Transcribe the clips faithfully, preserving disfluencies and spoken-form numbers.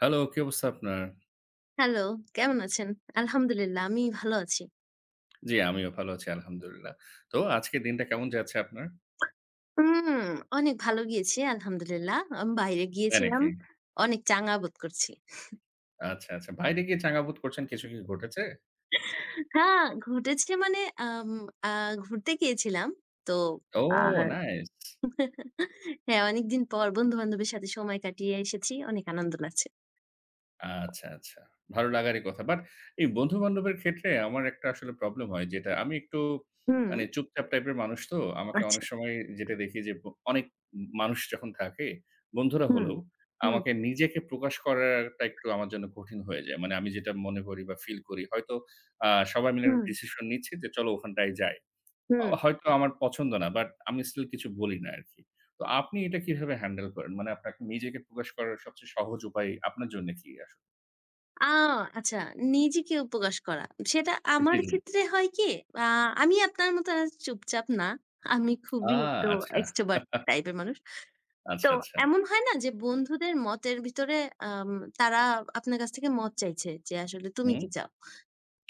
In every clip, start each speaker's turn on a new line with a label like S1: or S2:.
S1: Hello, কি অবস্থা আপনার?
S2: হ্যালো, কেমন আছেন? আলহামদুলিল্লাহ, আমি ভালো আছি।
S1: জি, আমিও ভালো আছি আলহামদুলিল্লাহ। তো আজকের দিনটা কেমন যাচ্ছে আপনার?
S2: হুম, অনেক ভালো গিয়েছি আলহামদুলিল্লাহ। আমি বাইরে
S1: তাই
S2: গিয়েছিলাম।
S1: নাকি?
S2: অনেক চাঙ্গা বোধ করছি।
S1: আচ্ছা, আচ্ছা। বাইরে গিয়ে চাঙা বোধ করছেন কিছু কি ঘটেছে?
S2: হ্যাঁ, ঘটেছে মানে আম আ ঘুরতে গিয়েছিলাম। তো
S1: ও,
S2: আর
S1: নাইস!
S2: হ্যাঁ, অনেকদিন পর বন্ধু-বান্ধবের সাথে সময় কাটিয়ে এসেছি। অনেক আনন্দ লাগছে।
S1: আচ্ছা, আচ্ছা। ভালো লাগারই কথা। বাট এই বন্ধু-বান্ধবের ক্ষেত্রে আমার একটা আসলে প্রবলেম হয় যেটা আমি একটু
S2: হুম,
S1: মানে চুপচাপ টাইপের মানুষ তো। আমাকে অনেক
S2: আচ্ছা।
S1: সময় যেটা দেখি যে ব অনেক মানুষ যখন থাকে, বন্ধুরা
S2: হুম,
S1: হলেও
S2: হুম,
S1: আমাকে নিজেকে প্রকাশ করাটা একটু আমার জন্য কঠিন হয়ে যায়। মানে আমি যেটা মনে করি বা ফিল করি হয়তো আ সবাই মিলে একটা
S2: হুম,
S1: ডিসিশন নিচ্ছি যে চলো ওখানটায় যাই। আ
S2: হুম।
S1: হয়তো আমার পছন্দ না বাট আমি স্টিল কিছু বলি না আরকি। তো আপনি এটা কিভাবে হ্যান্ডেল করেন? মানে আপনাকে নিজেকে প্রকাশ করার সবচেয়ে সহজ উপায় আপনার জন্য কি আসলে?
S2: আ আচ্ছা, নিজেকে উপকাশ করা। সেটা
S1: জি,
S2: আমার
S1: জি।
S2: ক্ষেত্রে হয় কি? আ আমি আপনার মতো আ চুপচাপ না। আমি
S1: আ
S2: খুবই একটু
S1: আচ্ছা,
S2: extrovert টাইপের মানুষ। তো
S1: আচ্ছা, আচ্ছা।
S2: এমন হয় না যে বন্ধুদের মতের ভিতরে আম তারা আপনার কাছ থেকে মত চাইছে যে আসলে তুমি
S1: হুম,
S2: কি চাও?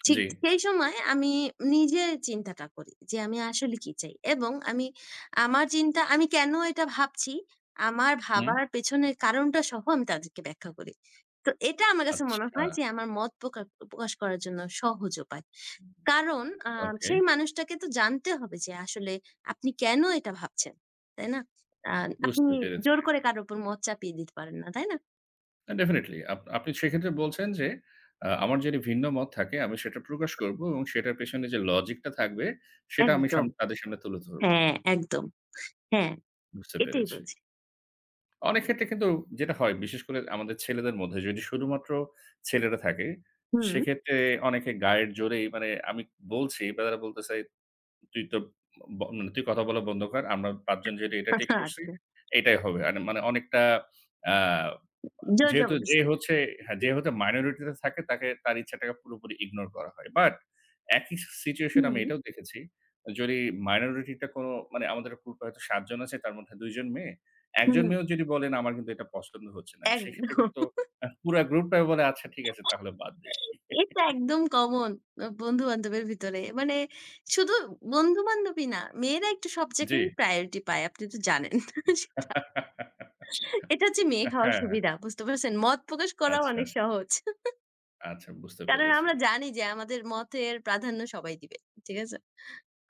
S2: ঠিক
S1: জি,
S2: সেই সময় আমি নিজে চিন্তাটা করি যে আমি আসলে কি চাই? এবং আমি আমার চিন্তা, আমি কেন এটা ভাবছি? আমার
S1: হুম,
S2: ভাবার পেছনের কারণটা সহ আমি তাদেরকে ব্যাখ্যা করি। তো এটা আমার কাছে মনে
S1: আচ্ছা,
S2: হয় যে আমার মত প্রকা প্রকাশ করার জন্য সহজ উপায়। কারণ আ
S1: ওকে,
S2: সেই মানুষটাকে তো জানতে হবে যে আসলে আপনি কেন এটা ভাবছেন, তাই না? আ আপনি
S1: বুঝতে পেরেছি।
S2: জোর করে কারো উপর মত চাপিয়ে দিতে পারেন না, তাই না?
S1: না, ডেফিনিটলি আপ আপনি সেক্ষেত্রে বলছেন যে, আ আমার যদি ভিন্ন মত থাকে আমি সেটা প্রকাশ করব এবং সেটার পেছনে যে লজিকটা থাকবে সেটা আমি সাম
S2: একদম।
S1: তাদের সামনে তুলে ধরব।
S2: হ্যাঁ, একদম। হ্যাঁ,
S1: বুঝতে
S2: এটাই
S1: পেরেছি।
S2: বলছি।
S1: অনেক ক্ষেত্রে কিন্তু যেটা হয় বিশেষ করে আমাদের ছেলেদের মধ্যে যদি শুধুমাত্র ছেলেরা থাকে,
S2: হুম।
S1: সেক্ষেত্রে অনেকে গায়ের জোরেই মানে আমি বলছি বা তারা বলতেছে তুই তো ব মানে তুই কথা বলা বন্ধ কর। আমরা পাঁচ জন যেটা এটা ঠিক
S2: আচ্ছা।
S1: করছি, এটাই হবে। আর মানে অনেকটা আ
S2: জোর
S1: যেহেতু যে
S2: জবরদস্তি।
S1: হচ্ছে হ্যাঁ, যে হচ্ছে মাইনরিটি তে থাকে তাকে তার ইচ্ছাটাকে পুরোপুরি ইগনোর করা হয়। বাট একই সিচুয়েশন আমি
S2: হুম,
S1: এটাও দেখেছি। যদি মাইনরিটি টা কোন মানে আমাদের গ্রুপে হয়তো সাত জন আছে তার মধ্যে দুই জন মেয়ে। এক
S2: হুম,
S1: জন মেয়েও যদি বলেন আমার কিন্তু এটা পছন্দ হচ্ছে না। সেক্ষেত্রে
S2: একদম।
S1: কিন্তু আ পুরা গ্রুপটাই বলে আচ্ছা ঠিক আছে তাহলে বাদ দেই।
S2: এটা একদম কমন আ বন্ধু-বান্ধবের ভিতরে। মানে শুধু বন্ধু-বান্ধবী না, মেয়েরা একটু সব
S1: জি।
S2: জায়গায় প্রায়োরিটি পায়। আপনি তো জানেন সেটা। এটা হচ্ছে মেয়ে খাওয়ার
S1: হ্যাঁ,
S2: সুবিধা। বুঝতে পারছেন? মত প্রকাশ করাও
S1: আচ্ছা,
S2: অনেক
S1: আচ্ছা।
S2: সহজ।
S1: আচ্ছা, বুঝতে
S2: কারণ
S1: পেরেছি।
S2: আমরা জানি যে আমাদের মতের প্রাধান্য সবাই দিবে। ঠিক আছে?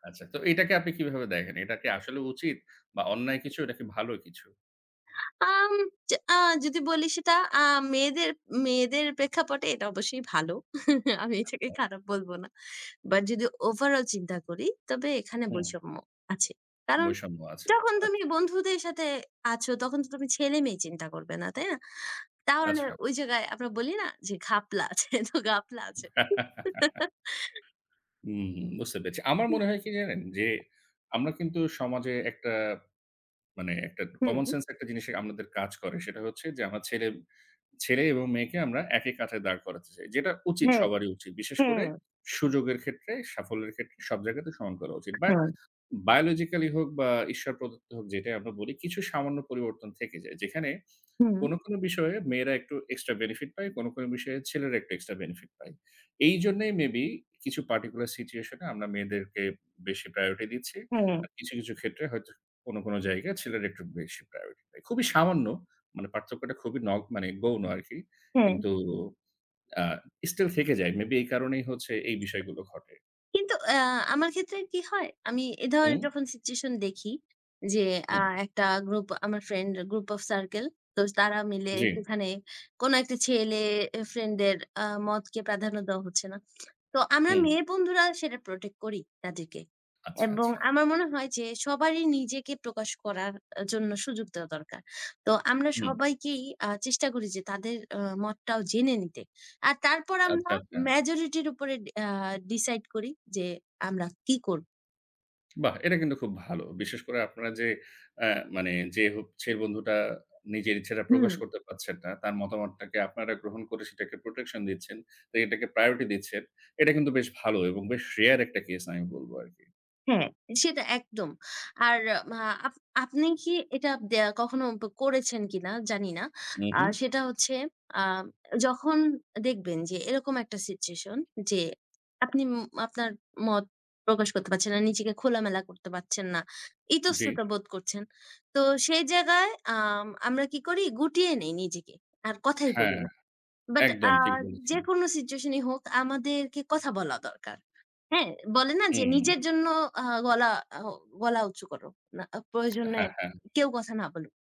S1: আচ্ছা, তো এটাকে আপনি কিভাবে দেখেন? এটা কি আসলে উচিত বা অন্যায় কিছু নাকি ভালো কিছু?
S2: আম য আ যদি বলি সেটা আ মেয়েদের মেয়েদের প্রেক্ষাপটে এটা অবশ্যই ভালো। আমি এটাকে
S1: হ্যাঁ?
S2: খারাপ বলব না। বাট যদি ওভারঅল চিন্তা করি তবে এখানে
S1: হুম,
S2: বৈষম্য আছে। কারণ
S1: বৈষম্য আছে।
S2: যখন তুমি
S1: আচ্ছা,
S2: বন্ধুদের সাথে আছো তখন তো তুমি ছেলে-মেয়ে চিন্তা করবে না, তাই না? তাহলে
S1: আচ্ছা।
S2: ওই জায়গায় আমরা বলি না যে ঘাপলা আছে তো ঘাপলা আছে।
S1: হুম, হুম, বুঝতে পেরেছি। আমার মনে হয় কি জানেন? যে আমরা কিন্তু সমাজে একটা মানে একটা
S2: হুম,
S1: কমন সেন্স একটা জিনিস আমাদের কাজ করে। সেটা হচ্ছে যে আমার ছেলে ছেলে এবং মেয়েকে আমরা একই কাঁঠায় দাঁড় করাতে চাই। যেটা উচিত
S2: হ্যাঁ,
S1: সবারই উচিত। বিশেষ করে
S2: হ্যাঁ,
S1: সুযোগের ক্ষেত্রে, সাফল্যের ক্ষেত্রে সব জায়গাতে সমান করা উচিত। বাট
S2: হ্যাঁ,
S1: বায়োলজিক্যালি হোক বা ঈশ্বর প্রদত্ত হোক যেটাই আমরা বলি, কিছু সামান্য পরিবর্তন থেকে যায়। যেখানে
S2: হুম,
S1: কোনো, কোনো বিষয়ে মেয়েরা একটু এক্সট্রা বেনিফিট পায়, কোনো, কোনো বিষয়ে ছেলেরা একটু এক্সট্রা বেনিফিট পায়। এইজন্যই মেবি কিছু পার্টিকুলার সিচুয়েশন এ আমরা মেয়েদেরকে বেশি প্রায়োরিটি দিচ্ছি।
S2: হ্যাঁ,
S1: আর কিছু, কিছু ক্ষেত্রে হয়তো কোনো, কোনো জায়গায় ছেলেরা একটু বেশি প্রায়োরিটি পায়। খুবই সামান্য মানে পার্থক্যটা খুবই নগ মানে গৌণ আরকি।
S2: হ্যাঁ।
S1: কিন্তু আ স্টিল থেকে যায়। মেবি এই কারণেই হচ্ছে এই বিষয়গুলো ঘটে।
S2: কিন্তু আ আমার ক্ষেত্রে কি হয়? আমি এ
S1: হুম,
S2: ধরনের যখন সিচুয়েশন দেখি যে আ
S1: হুম।
S2: একটা গ্রুপ আমার ফ্রেন্ড গ্রুপ অফ সার্কেল। তো তারা মিলে
S1: জি।
S2: সেখানে কোনো একটা ছেলে এ ফ্রেন্ডের আ মতকে প্রাধান্য দেওয়া হচ্ছে না। তো আমরা
S1: হুম।
S2: মেয়ে বন্ধুরা সেটা প্রোটেক্ট করি তাদেরকে।
S1: আচ্ছা,
S2: এবং
S1: আচ্ছা।
S2: আমার মনে হয় যে সবারই নিজেকে প্রকাশ করার আ জন্য সুযোগ দেওয়া দরকার। তো আমরা
S1: হুম।
S2: সবাইকেই আ চেষ্টা করি যে তাদের আ মতটাও জেনে নিতে। আর তারপর
S1: আচ্ছা,
S2: আমরা
S1: আচ্ছা।
S2: মেজরিটির উপরে ডি আ ডিসাইড করি যে আমরা কি করব।
S1: বাহ! এটা কিন্তু খুব ভালো। বিশেষ করে আপনারা যে অ্যা মানে যে হচ্ছে বন্ধুটা নিজের ইচ্ছাটা
S2: হুম,
S1: প্রকাশ করতে পারছেন না, তার মতামতটাকে আপনারা গ্রহণ করে সেটাকে প্রোটেকশন দিচ্ছেন। তো এটাকে প্রায়োরিটি দিচ্ছেন। এটা কিন্তু বেশ ভালো এবং বেশ রেয়ার একটা কেস আমি বলব আরকি।
S2: হ্যাঁ, সেটা একদম। আর মা আপ আপনি কি এটা দ্যা কখনো ব করেছেন কিনা জানি না।
S1: হু,
S2: আ
S1: হু।
S2: সেটা হচ্ছে আ যখন দেখবেন যে এরকম একটা সিচুয়েশন যে আপনি উম আপনার মত প্রকাশ করতে পারছেন না, নিজেকে খোলামেলা করতে পারছেন না,
S1: জি।
S2: ইতস্ততা বোধ করছেন। তো সেই জায়গায় আম আমরা কি করি, গুটিয়ে নেই নিজেকে। আর কথাই বলি
S1: হ্যাঁ,
S2: না। বাট আ
S1: একদম ঠিক বলেছেন।
S2: যেকোনো সিচুয়েশন ই হোক আমাদেরকে কথা বলা দরকার। হ্যাঁ? বলে না যে নিজের
S1: হুম,
S2: জন্য আ গলা আ গলা উঁচু করো। না আহ, প্রয়োজনে
S1: হ্যাঁ, হ্যাঁ।
S2: কেউ কথা না বলুক।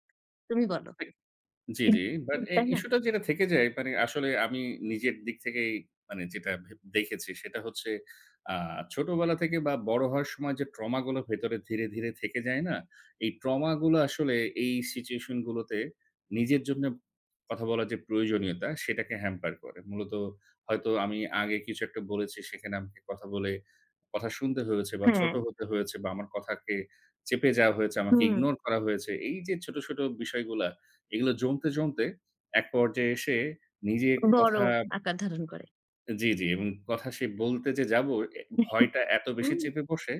S2: তুমি বলো।
S1: জি, জি। বাট এ
S2: তাই না?
S1: ইস্যুটা যেটা থেকে যায় মানে আসলে আমি নিজের দিক থেকেই মানে যেটা ভে দেখেছি সেটা হচ্ছে আ ছোটবেলা থেকে বা বড় হওয়ার সময় যে ট্রমা গুলো ভেতরে ধীরে, ধীরে থেকে যায় না? এই ট্রমা গুলো আসলে এই সিচুয়েশন গুলোতে নিজের জন্য কথা বলার যে প্রয়োজনীয়তা সেটাকে হ্যাম্পার করে। মূলত হয়তো আমি আগে কিছু একটা বলেছি সেখানে আমাকে কথা বলে কথা শুনতে হয়েছে বা
S2: হ্যাঁ।
S1: ছোট হতে হয়েছে বা আমার কথাকে চেপে যাওয়া হয়েছে, আমাকে
S2: হুম।
S1: ইগনোর করা হয়েছে। এই যে ছোট, ছোট বিষয়গুলা এগুলো জমতে, জমতে এক পর্যায়ে এসে নিজের
S2: বড়
S1: কথা
S2: আকার ধারণ করে।
S1: জি, জি এবং কথা সে বলতে যে যাব, এ ভয়টা এত বেশি
S2: হুম।
S1: চেপে বসে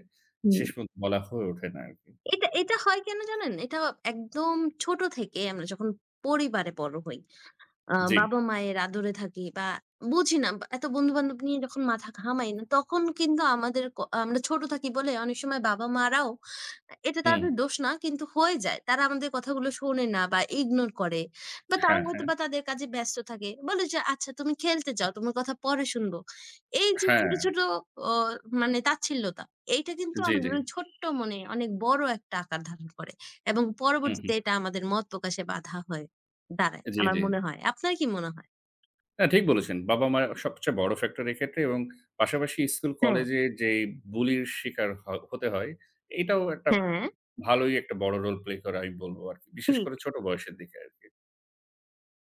S2: হুম।
S1: শেষ পর্যন্ত বলা হয়ে ওঠে না আরকি।
S2: এটা এটা হয় কেন জানেন? এটা একদম ছোট থেকে আমরা যখন পরিবারে বড় হই। আ
S1: জি।
S2: বাবা-মায়ের আদরে থাকি বা বুঝি না বা এত বন্ধু-বান্ধব নিয়ে যখন মাথা ঘামাই না, তখন কিন্তু আমাদের ক আমরা ছোট থাকি বলে অনেক সময় বাবা-মারাও এটা
S1: হুম।
S2: তাদের দোষ না কিন্তু হয়ে যায়। তারা আমাদের কথাগুলো শোনে না বা ইগনোর করে। বা তারা
S1: হ্যাঁ, হ্যাঁ।
S2: হয়তোবা তাদের কাজে ব্যস্ত থাকে। বলে যে, "আচ্ছা তুমি খেলতে যাও, তোমার কথা পরে শুনবো।" এই যে
S1: হ্যাঁ।
S2: ছোট, ছোট অ মানে তাচ্ছিল্যতা, এইটা কিন্তু
S1: জি, জি।
S2: আমাদের ওই ছোট্ট মনে অনেক বড় একটা আকার ধারণ করে এবং
S1: হুম, হুম।
S2: পরবর্তীতে এটা আমাদের মত প্রকাশে বাধা হয়ে দাঁড়ায়,
S1: জি,
S2: আমার
S1: জি।
S2: মনে হয়। আপনার কি মনে হয়?
S1: না, ঠিক বলেছেন। বাবা-মা সবচেয়ে বড় ফ্যাক্টর এক্ষেত্রে এবং পাশাপাশি স্কুল
S2: হ্যাঁ,
S1: কলেজে যেই বুলির শিকার হ হতে হয়, এটাও একটা
S2: হ্যাঁ,
S1: ভালোই একটা বড় রোল প্লে করে আমি বলব আরকি। বিশেষ
S2: ঠিক।
S1: করে ছোট বয়সের দিকে আরকি।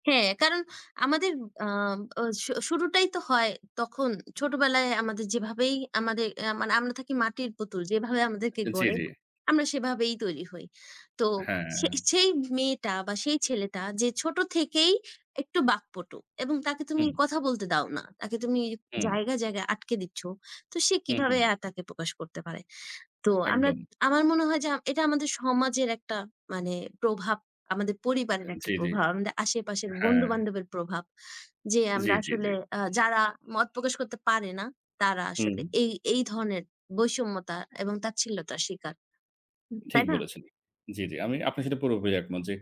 S2: হ্যাঁ, কারণ আমাদের আম আ শু শুরুটাই তো হয় তখন ছোটবেলায় আমাদের যেভাবেই আমাদের আ মানে আমরা থাকি মাটির পুতুল। যেভাবে আমাদেরকে
S1: জি,
S2: গড়ে,
S1: জি।
S2: আমরা সেভাবেই তৈরি হই। তো
S1: হ্যাঁ।
S2: সে সেই মেয়েটা বা সেই ছেলেটা যে ছোট থেকেই একটু বাকপটু এবং তাকে তুমি
S1: হুম,
S2: কথা বলতে দাও না। তাকে তুমি
S1: হুম।
S2: জায়গায়, জায়গায় আটকে দিচ্ছ। তো সে
S1: হুম,
S2: কিভাবে
S1: হুম।
S2: আর তাকে প্রকাশ করতে পারে? তো আমরা
S1: একদম।
S2: আমার মনে হয় যে আ এটা আমাদের সমাজের একটা মানে প্রভাব, আমাদের পরিবারের একটা
S1: জি, জি।
S2: প্রভাব, আমাদের আশেপাশের
S1: হ্যাঁ।
S2: বন্ধু-বান্ধবের প্রভাব। যে
S1: জি,
S2: আমরা
S1: জি, জি।
S2: আসলে আ যারা মত প্রকাশ করতে পারে না, তারা
S1: হুম,
S2: আসলে এই, এই ধরনের বৈষম্যতা এবং তাচ্ছিল্যতার শিকার।
S1: ঠিক
S2: তাই না?
S1: বলেছেন। জি, জি। আমি আপনার সাথে পুরোপুরি একমত যে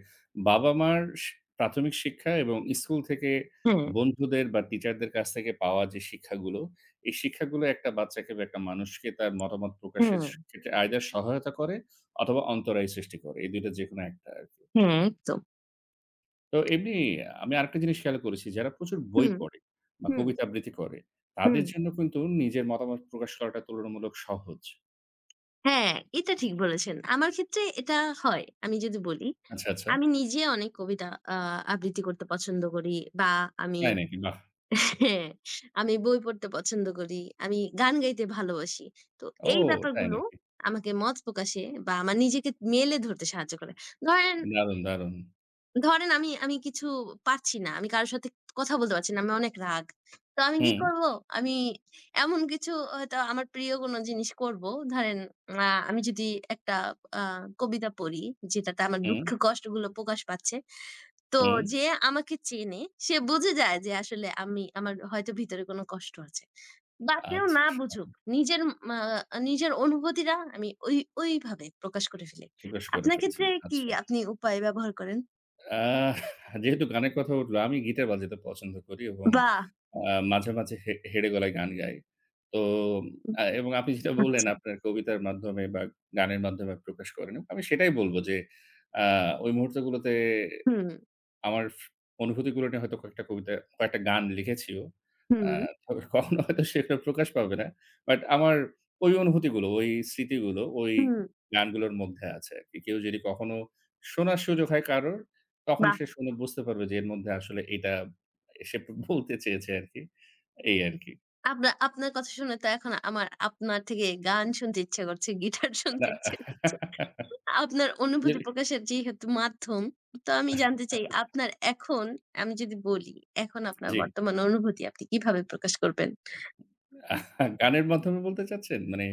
S1: বাবা-মার শি প্রাথমিক শিক্ষা এবং স্কুল থেকে
S2: হ্যাঁ,
S1: বন্ধুদের বা টিচারদের কাছ থেকে পাওয়া যে শিক্ষাগুলো, এই শিক্ষাগুলো একটা বাচ্চাকে বা একটা মানুষকে তার মতামত প্রকাশের
S2: হ্যাঁ,
S1: স ক্ষেত্রে either সহায়তা করে অথবা অন্তরায় সৃষ্টি করে। এই দুই টা যেকোনো একটা আরকি।
S2: হ্যাঁ, একদম।
S1: তো এমনি আমি আরেকটা জিনিস খেয়াল করেছি যারা প্রচুর বই
S2: হুম,
S1: পড়ে বা
S2: হুম,
S1: কবিতা আবৃত্তি করে, তাদের
S2: হুম।
S1: জন্য কিন্তু নিজের মতামত প্রকাশ করাটা তুলনামূলক সহজ।
S2: হ্যাঁ, এটা ঠিক বলেছেন। আমার ক্ষেত্রে এটা হয়। আমি যদি বলি,
S1: আচ্ছা, আচ্ছা।
S2: আমি নিজে অনেক কবিতা আ আবৃত্তি করতে পছন্দ করি বা আমি
S1: তাই নাকি? বাহ!
S2: হ্যাঁ, আমি বই পড়তে পছন্দ করি। আমি গান গাইতে ভালোবাসি। তো
S1: ও,
S2: এই
S1: তাই
S2: ব্যাপারগুলো
S1: নাকি?
S2: আমাকে মত প্রকাশে বা আমার নিজেকে মেলে ধরতে সাহায্য করে। ধরেন
S1: দারুণ, দারুণ।
S2: ধরেন আমি আমি কিছু পারছি না। আমি কারো সাথে কথা বলতে পারছি না। আমি অনেক রাগ। তো আমি কি
S1: হুম,
S2: করব? আমি এমন কিছু হয়তো আমার প্রিয় কোনো জিনিস করব। ধরেন আ আমি যদি একটা আ কবিতা পড়ি যেটাতে আমার
S1: হুম,
S2: দুঃখ কষ্টগুলো প্রকাশ পাচ্ছে। তো
S1: হুম।
S2: যে আমাকে চেনে সে বুঝে যায় যে আসলে আমি আমার হয়তো ভিতরে কোনো কষ্ট আছে। বা কেউ না
S1: আচ্ছা,
S2: বুঝুক
S1: আচ্ছা।
S2: নিজের মা নিজের অনুভূতিরা আমি ওই ওইভাবে প্রকাশ করে ফেলি।
S1: প্রকাশ করে
S2: আপনার
S1: ফেলছেন।
S2: ক্ষেত্রে কি
S1: আচ্ছা।
S2: আপনি উপায় ব্যবহার করেন?
S1: আহ যেহেতু গানের কথা উঠলো, আমি গিটার বাজাতে পছন্দ করি এবং
S2: বাহ!
S1: আ মাঝে, মাঝে হে হেঁড়ে গলায় গান গাই। তো
S2: উম
S1: আ এবং আপনি যেটা বললেন
S2: আচ্ছা।
S1: আপনার কবিতার মাধ্যমে বা গানের মাধ্যমে প্রকাশ করেন। আমি সেটাই বলব যে আ ওই মুহূর্তগুলোতে
S2: হুম,
S1: আমার ফ অনুভূতিগুলো নিয়ে হয়তো কয়েকটা কবিতা, কয়েকটা গান লিখেছিও। আ
S2: হুম,
S1: তবে কখনো হয়তো সেটা প্রকাশ পাবে না। বাট আমার ওই অনুভূতিগুলো, ওই স্মৃতিগুলো, ওই
S2: হুম।
S1: গানগুলোর মধ্যে আছে আরকি। কেউ যদি কখনো শোনার সুযোগ হয় কারোর, তখন
S2: বাহ!
S1: সে শুনে বুঝতে পারবে যে এর মধ্যে আসলে এটা সে বলতে চেয়েছে আরকি। এই আরকি।
S2: আপনা আপনার কথা শুনে তো এখন আমার আপনার থেকে গান শুনতে ইচ্ছে করছে, গিটার শুনতে
S1: না।
S2: ইচ্ছে করছে। আপনার অনুভূতি প্রকাশের যেহেতু মাধ্যম, তো আমি জানতে চাই আপনার এখন আমি যদি বলি, এখন আপনার
S1: জি,
S2: বর্তমান অনুভূতি আপনি কিভাবে প্রকাশ করবেন?
S1: গানের মাধ্যমে বলতে চাচ্ছেন? মানে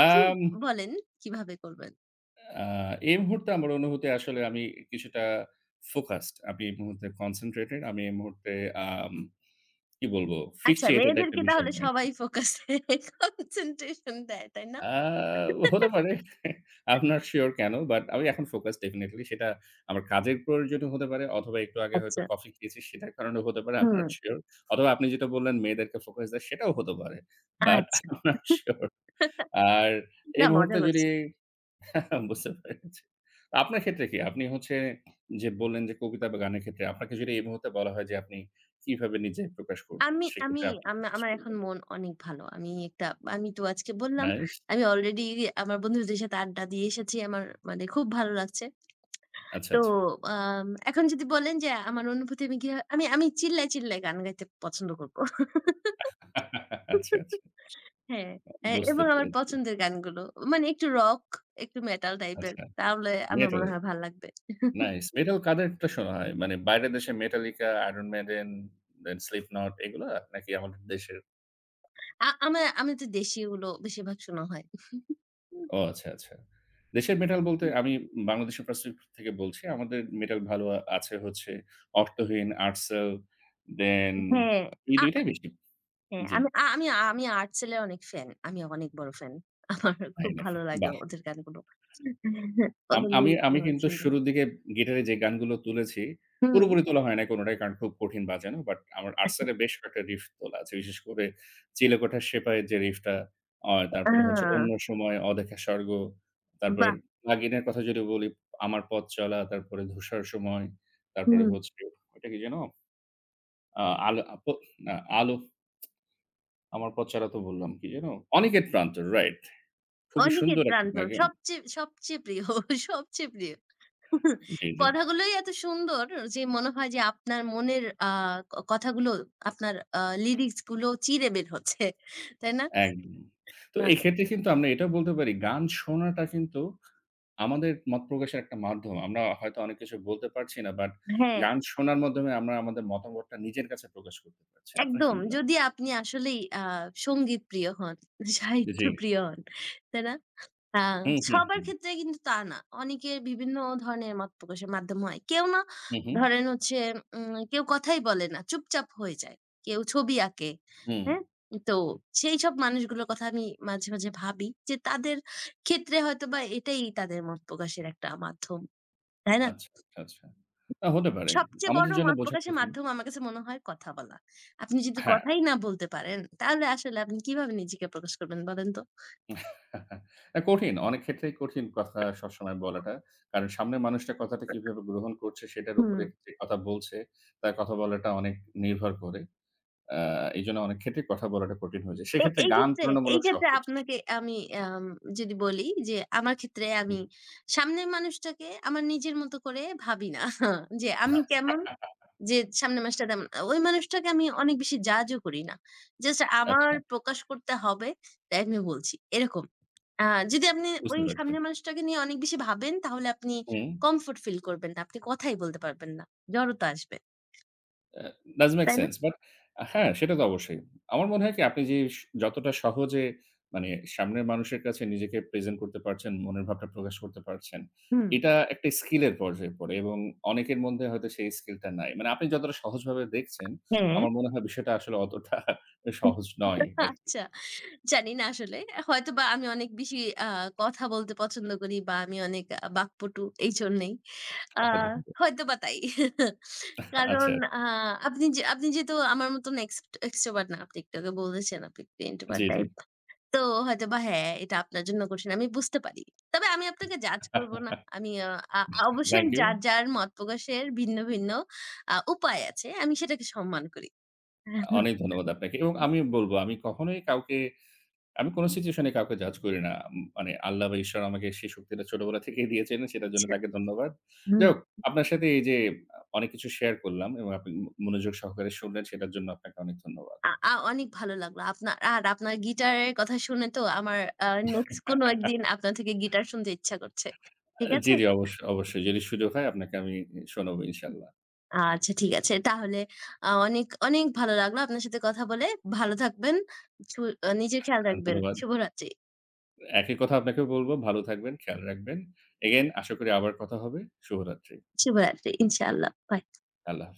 S2: আপনি
S1: আম
S2: বলেন কিভাবে করবেন?
S1: আ এই মুহূর্তে আমার অনুভূতি আসলে আমি কিছুটা ফোকাসড। আমি এই মুহূর্তে কনসেনট্রেটেড। আমি এই মুহূর্তে আম কি বলবো?
S2: আচ্ছা,
S1: ফিক্সিয়েটেড একটা
S2: মেয়েদেরকে
S1: বিষয়
S2: তাহলে
S1: নিয়ে আরকি।
S2: সবাই ফোকাসে কনসেনট্রেশন দেয়, তাই না?
S1: আ হতে পারে। I'm not sure কেন? বাট আমি এখন ফোকাসড ডেফিনিটলি। সেটা আমার কাজের প্রয়োজনে হতে পারে অথবা একটু আগে হয়তো
S2: আচ্ছা।
S1: কফি খেয়েছি সেটার কারণেও হতে পারে। I'm not
S2: hmm,
S1: sure. অথবা আপনি যেটা বললেন মেয়েদেরকে ফোকাস দেয় সেটাও হতে পারে। বাট
S2: আচ্ছা।
S1: I'm not sure. আর এই
S2: না মজা
S1: মুহূর্তে যদি
S2: করছি।
S1: হ্যাঁ, বুঝতে পেরেছি। আপনার ক্ষেত্রে কি? আপনি হচ্ছে যে বললেন যে কবিতা বা গানের ক্ষেত্রে আপনাকে যদি এই মুহূর্তে বলা হয় যে আপনি কিভাবে নিজে প্রকাশ করবেন?
S2: আমি আমি
S1: সেক্ষেত্রে আপনি কি
S2: আমা
S1: চুজ
S2: আমার এখন
S1: করবেন?
S2: মন অনেক ভালো। আমি একটা আমি তো আজকে বললাম,
S1: নাইস।
S2: আমি অলরেডি আমার বন্ধুদের সাথে আড্ডা দিয়ে এসেছি। আমার মানে খুব ভালো লাগছে।
S1: আচ্ছা,
S2: তো
S1: আচ্ছা।
S2: আম এখন যদি বলেন যে আমার অনুভূতি আমি কিভাবে আমি আমি চিল্লায়, চিল্লায় গান গাইতে পছন্দ করব।
S1: আচ্ছা, আচ্ছা।
S2: হ্যাঁ, এ
S1: বুঝতে
S2: এবং আমার
S1: পেরেছি।
S2: পছন্দের গানগুলো। মানে একটু রক, একটু মেটাল টাইপের।
S1: আচ্ছা।
S2: তাহলে আমার
S1: মেটাল।
S2: মনে হয় ভাল লাগবে।
S1: নাইস। মেটাল কাদেরটা শোনা হয়? মানে বাইরের দেশে Metallica, Iron Maiden, then Slipknot এগুলা? নাকি আমাদের দেশের?
S2: আ আমা আমি তো দেশীয়গুলো বেশিরভাগ শোনা হয়।
S1: ও, আচ্ছা, আচ্ছা। দেশের মেটাল বলতে আমি বাংলাদেশের পার্সপেক্টিভ থেকে বলছি। আমাদের মেটাল ভালো আ আছে হচ্ছে অর্থহীন, আর্টসেল, দেন
S2: হ্যাঁ,
S1: এই
S2: আ
S1: দুটোই টাই বেশি।
S2: হ্যাঁ,
S1: জি,
S2: আমি আ আমি আমি আর্টসেলের অনেক ফ্যান। আমি অনেক বড় ফ্যান। আমার
S1: তাই
S2: খুব
S1: নাকি?
S2: ভালো লাগে
S1: বাহ!
S2: ওদের গানগুলো।
S1: আম
S2: ওদের
S1: আমি আমি
S2: লিরিক্সগুলো অনেক
S1: কিন্তু
S2: সুন্দর।
S1: শুরুর দিকে গিটারে যে গানগুলো তুলেছি,
S2: হুম।
S1: পুরোপুরি তোলা হয় নাই কোনটাই কারণ খুব কঠিন বাজানো। বাট আমার আর্টসেলের বেশ কয়েকটা রিফ তোলা আছে। বিশেষ করে চিলেকোঠার সেপাইয়ের যে রিফটা, আ
S2: আ
S1: তারপরে হচ্ছে অন্য সময়, অদেখা স্বর্গ, তারপরে
S2: বাহ!
S1: নাগিনের কথা যদি বলি, আমার পথ চলা, তারপরে ধূসর সময়, তারপরে
S2: হুম।
S1: হচ্ছে ওইটা কি যেন? আ আলো আ প না, আলো আমার পথ চলা তো বললাম। কি যেন? অনিকেত প্রান্তর, রাইট। খুবই
S2: অনিকেত
S1: সুন্দর একটা
S2: প্রান্তর
S1: গান।
S2: সবচেয়ে সবচেয়ে প্রিয়, সবচেয়ে প্রিয়।
S1: জি, জি।
S2: কথাগুলোই এত সুন্দর যে মনে হয় যে আপনার মনের আ ক কথাগুলো আপনার আ লিরিক্স গুলো চিরে বের হচ্ছে। তাই না?
S1: একদম। তো
S2: আ
S1: এক্ষেত্রে কিন্তু আমরা এটাও বলতে পারি, গান শোনাটা কিন্তু আমাদের মত প্রকাশের একটা মাধ্যম। আমরা হয়তো অনেক কিছু বলতে পারছি না, বাট
S2: হ্যাঁ,
S1: গান শোনার মাধ্যমে আমরা আমাদের মতামতটা নিজের কাছে প্রকাশ করতে পারছি। আপনার কি
S2: একদম।
S1: মনে
S2: যদি
S1: হয়?
S2: আপনি আসলেই আ সংগীত প্রিয় হন, সাহিত্য
S1: জি।
S2: প্রিয় হন। তাই না? হ্যাঁ,
S1: হুম, হুম,
S2: সবার
S1: হুম।
S2: ক্ষেত্রে কিন্তু তা না। অনেকের বিভিন্ন ধরনের মত প্রকাশের মাধ্যম হয়। কেউ না
S1: হু, হু।
S2: ধরেন হচ্ছে উম কেউ কথাই বলে না, চুপচাপ হয়ে যায়। কেউ ছবি আঁকে,
S1: হুম।
S2: হ্যাঁ? তো সেইসব মানুষগুলোর কথা আমি মাঝে, মাঝে ভাবি যে তাদের ক্ষেত্রে হয়তোবা এটাই তাদের মত প্রকাশের একটা মাধ্যম। তাই না?
S1: আচ্ছা, আচ্ছা, আচ্ছা। আ হতে পারে।
S2: সবচেয়ে
S1: আমাদের
S2: বড়
S1: জন্য
S2: মত
S1: বোঝা
S2: প্রকাশের
S1: কঠিন।
S2: মাধ্যম আমার কাছে মনে হয় কথা বলা। আপনি যদি
S1: হ্যাঁ।
S2: কথাই না বলতে পারেন, তাহলে আসলে আপনি কিভাবে নিজেকে প্রকাশ করবেন বলেন তো?
S1: না, কঠিন। অনেক ক্ষেত্রেই কঠিন কথা সবসময় বলাটা। কারণ সামনের মানুষটা কথাটা কিভাবে গ্রহণ করছে সেটার উপরে
S2: হুম।
S1: যে কথা বলছে, তার কথা বলাটা অনেক নির্ভর করে। আ এইজন্য অনেক ক্ষেত্রে কথা বলাটা কঠিন হয়ে যায়।
S2: এ
S1: সেক্ষেত্রে
S2: এই
S1: গান
S2: ক্ষেত্রে এই
S1: তুলনামূলক
S2: ক্ষেত্রে
S1: সহজ।
S2: আপনাকে আমি আম যদি বলি যে আমার ক্ষেত্রে আমি
S1: হুম।
S2: সামনের মানুষটাকে আমার নিজের মতো করে ভাবি না। যে আমি কেমন, যে সামনের মানুষটা তেমন। ওই মানুষটাকে আমি অনেক বেশি জাজও করি না। জাস্ট আমার
S1: আচ্ছা,
S2: প্রকাশ করতে হবে তাই আমি বলছি। এরকম। আ যদি আপনি ওই
S1: বুঝতে পারছি।
S2: সামনের মানুষটাকে নিয়ে অনেক বেশি ভাবেন তাহলে আপনি
S1: হুম,
S2: কমফোর্ট ফিল করবেন না। আপনি কথাই বলতে পারবেন না। জড়তা আসবে।
S1: আ does make
S2: তাই না?
S1: sense বাট হ্যাঁ, সেটা তো অবশ্যই। আমার মনে হয় কি আপনি যে স যতটা সহজে মানে সামনের মানুষের কাছে নিজেকে প্রেজেন্ট করতে পারছেন, মনের ভাবটা প্রকাশ করতে পারছেন,
S2: হুম।
S1: এটা একটা স্কিলের পর্যায়ে পড়ে এবং অনেকের মধ্যে হয়তো সেই স্কিলটা নাই। মানে আপনি যতটা সহজভাবে দেখছেন,
S2: হ্যাঁ।
S1: আমার মনে হয় বিষয়টা আসলে অতটা সহজ নয় আরকি।
S2: আচ্ছা। জানি না আসলে। হয়তোবা আমি অনেক বেশি আ কথা বলতে পছন্দ করি বা আমি অনেক আ বাকপটু এইজন্যেই। আ
S1: আচ্ছা,
S2: হয়তোবা তাই।
S1: আচ্ছা।
S2: কারণ আ আপনি যে আপনি যেহেতু আমার মতন এক্স extrovert না। আপনি একটু আগে বলেছেন আপনি একটু
S1: জি,
S2: introvert টাইপ। তো হয়তোবা হ্যাঁ, এটা আপনার জন্য কঠিন। আমি বুঝতে পারি। তবে আমি আপনাকে জাজ
S1: জি।
S2: করব না। আমি আ আ অবশ্যই
S1: থ্যাংক ইউ।
S2: যার, যার মত প্রকাশের ভিন্ন, ভিন্ন আ উপায় আছে। আমি সেটাকে সম্মান করি।
S1: অনেক ধন্যবাদ আপনাকে। এবং আমি বলব আমি কখনোই কাউকে আমি কোন সিচুয়েশন এ কাউকে জাজ করি না। উম মানে আল্লাহ বা ঈশ্বর আমাকে সেই শক্তিটা ছোটবেলা থেকেই দিয়েছেন সেটার জন্য
S2: আচ্ছা।
S1: তাকে ধন্যবাদ। যাই
S2: হুম।
S1: হোক আপনার সাথে এই যে অনেক কিছু শেয়ার করলাম এবং আপনি ম মনোযোগ সহকারে শুনলেন সেটার জন্য আপনাকে অনেক ধন্যবাদ।
S2: আ আ অনেক ভালো লাগলো। আপনার আর আপনার গিটারের কথা শুনে তো আমার আ নেক্সট কোনো একদিন আপনার থেকে গিটার শুনতে ইচ্ছা করছে। ঠিক
S1: জি,
S2: আছে?
S1: জি, অবশ্যই, অবশ্যই। যদি সুযোগ হয় আপনাকে আমি ই শোনাবো ইনশাআল্লাহ।
S2: আচ্ছা ঠিক আছে। তাহলে আ অনেক, অনেক ভালো লাগলো আপনার সাথে কথা বলে। ভালো থাকবেন। সু আ নিজের খেয়াল
S1: আ
S2: রাখবেন।
S1: ধন্যবাদ।
S2: শুভরাত্রি,
S1: একই কথা আপনাকেও বলব। ভালো থাকবেন, খেয়াল রাখবেন। এগেইন আশা করি আবার কথা হবে। শুভরাত্রি।
S2: শুভরাত্রি। ইনশাআল্লাহ। বাই।
S1: আল্লাহ হাফেজ।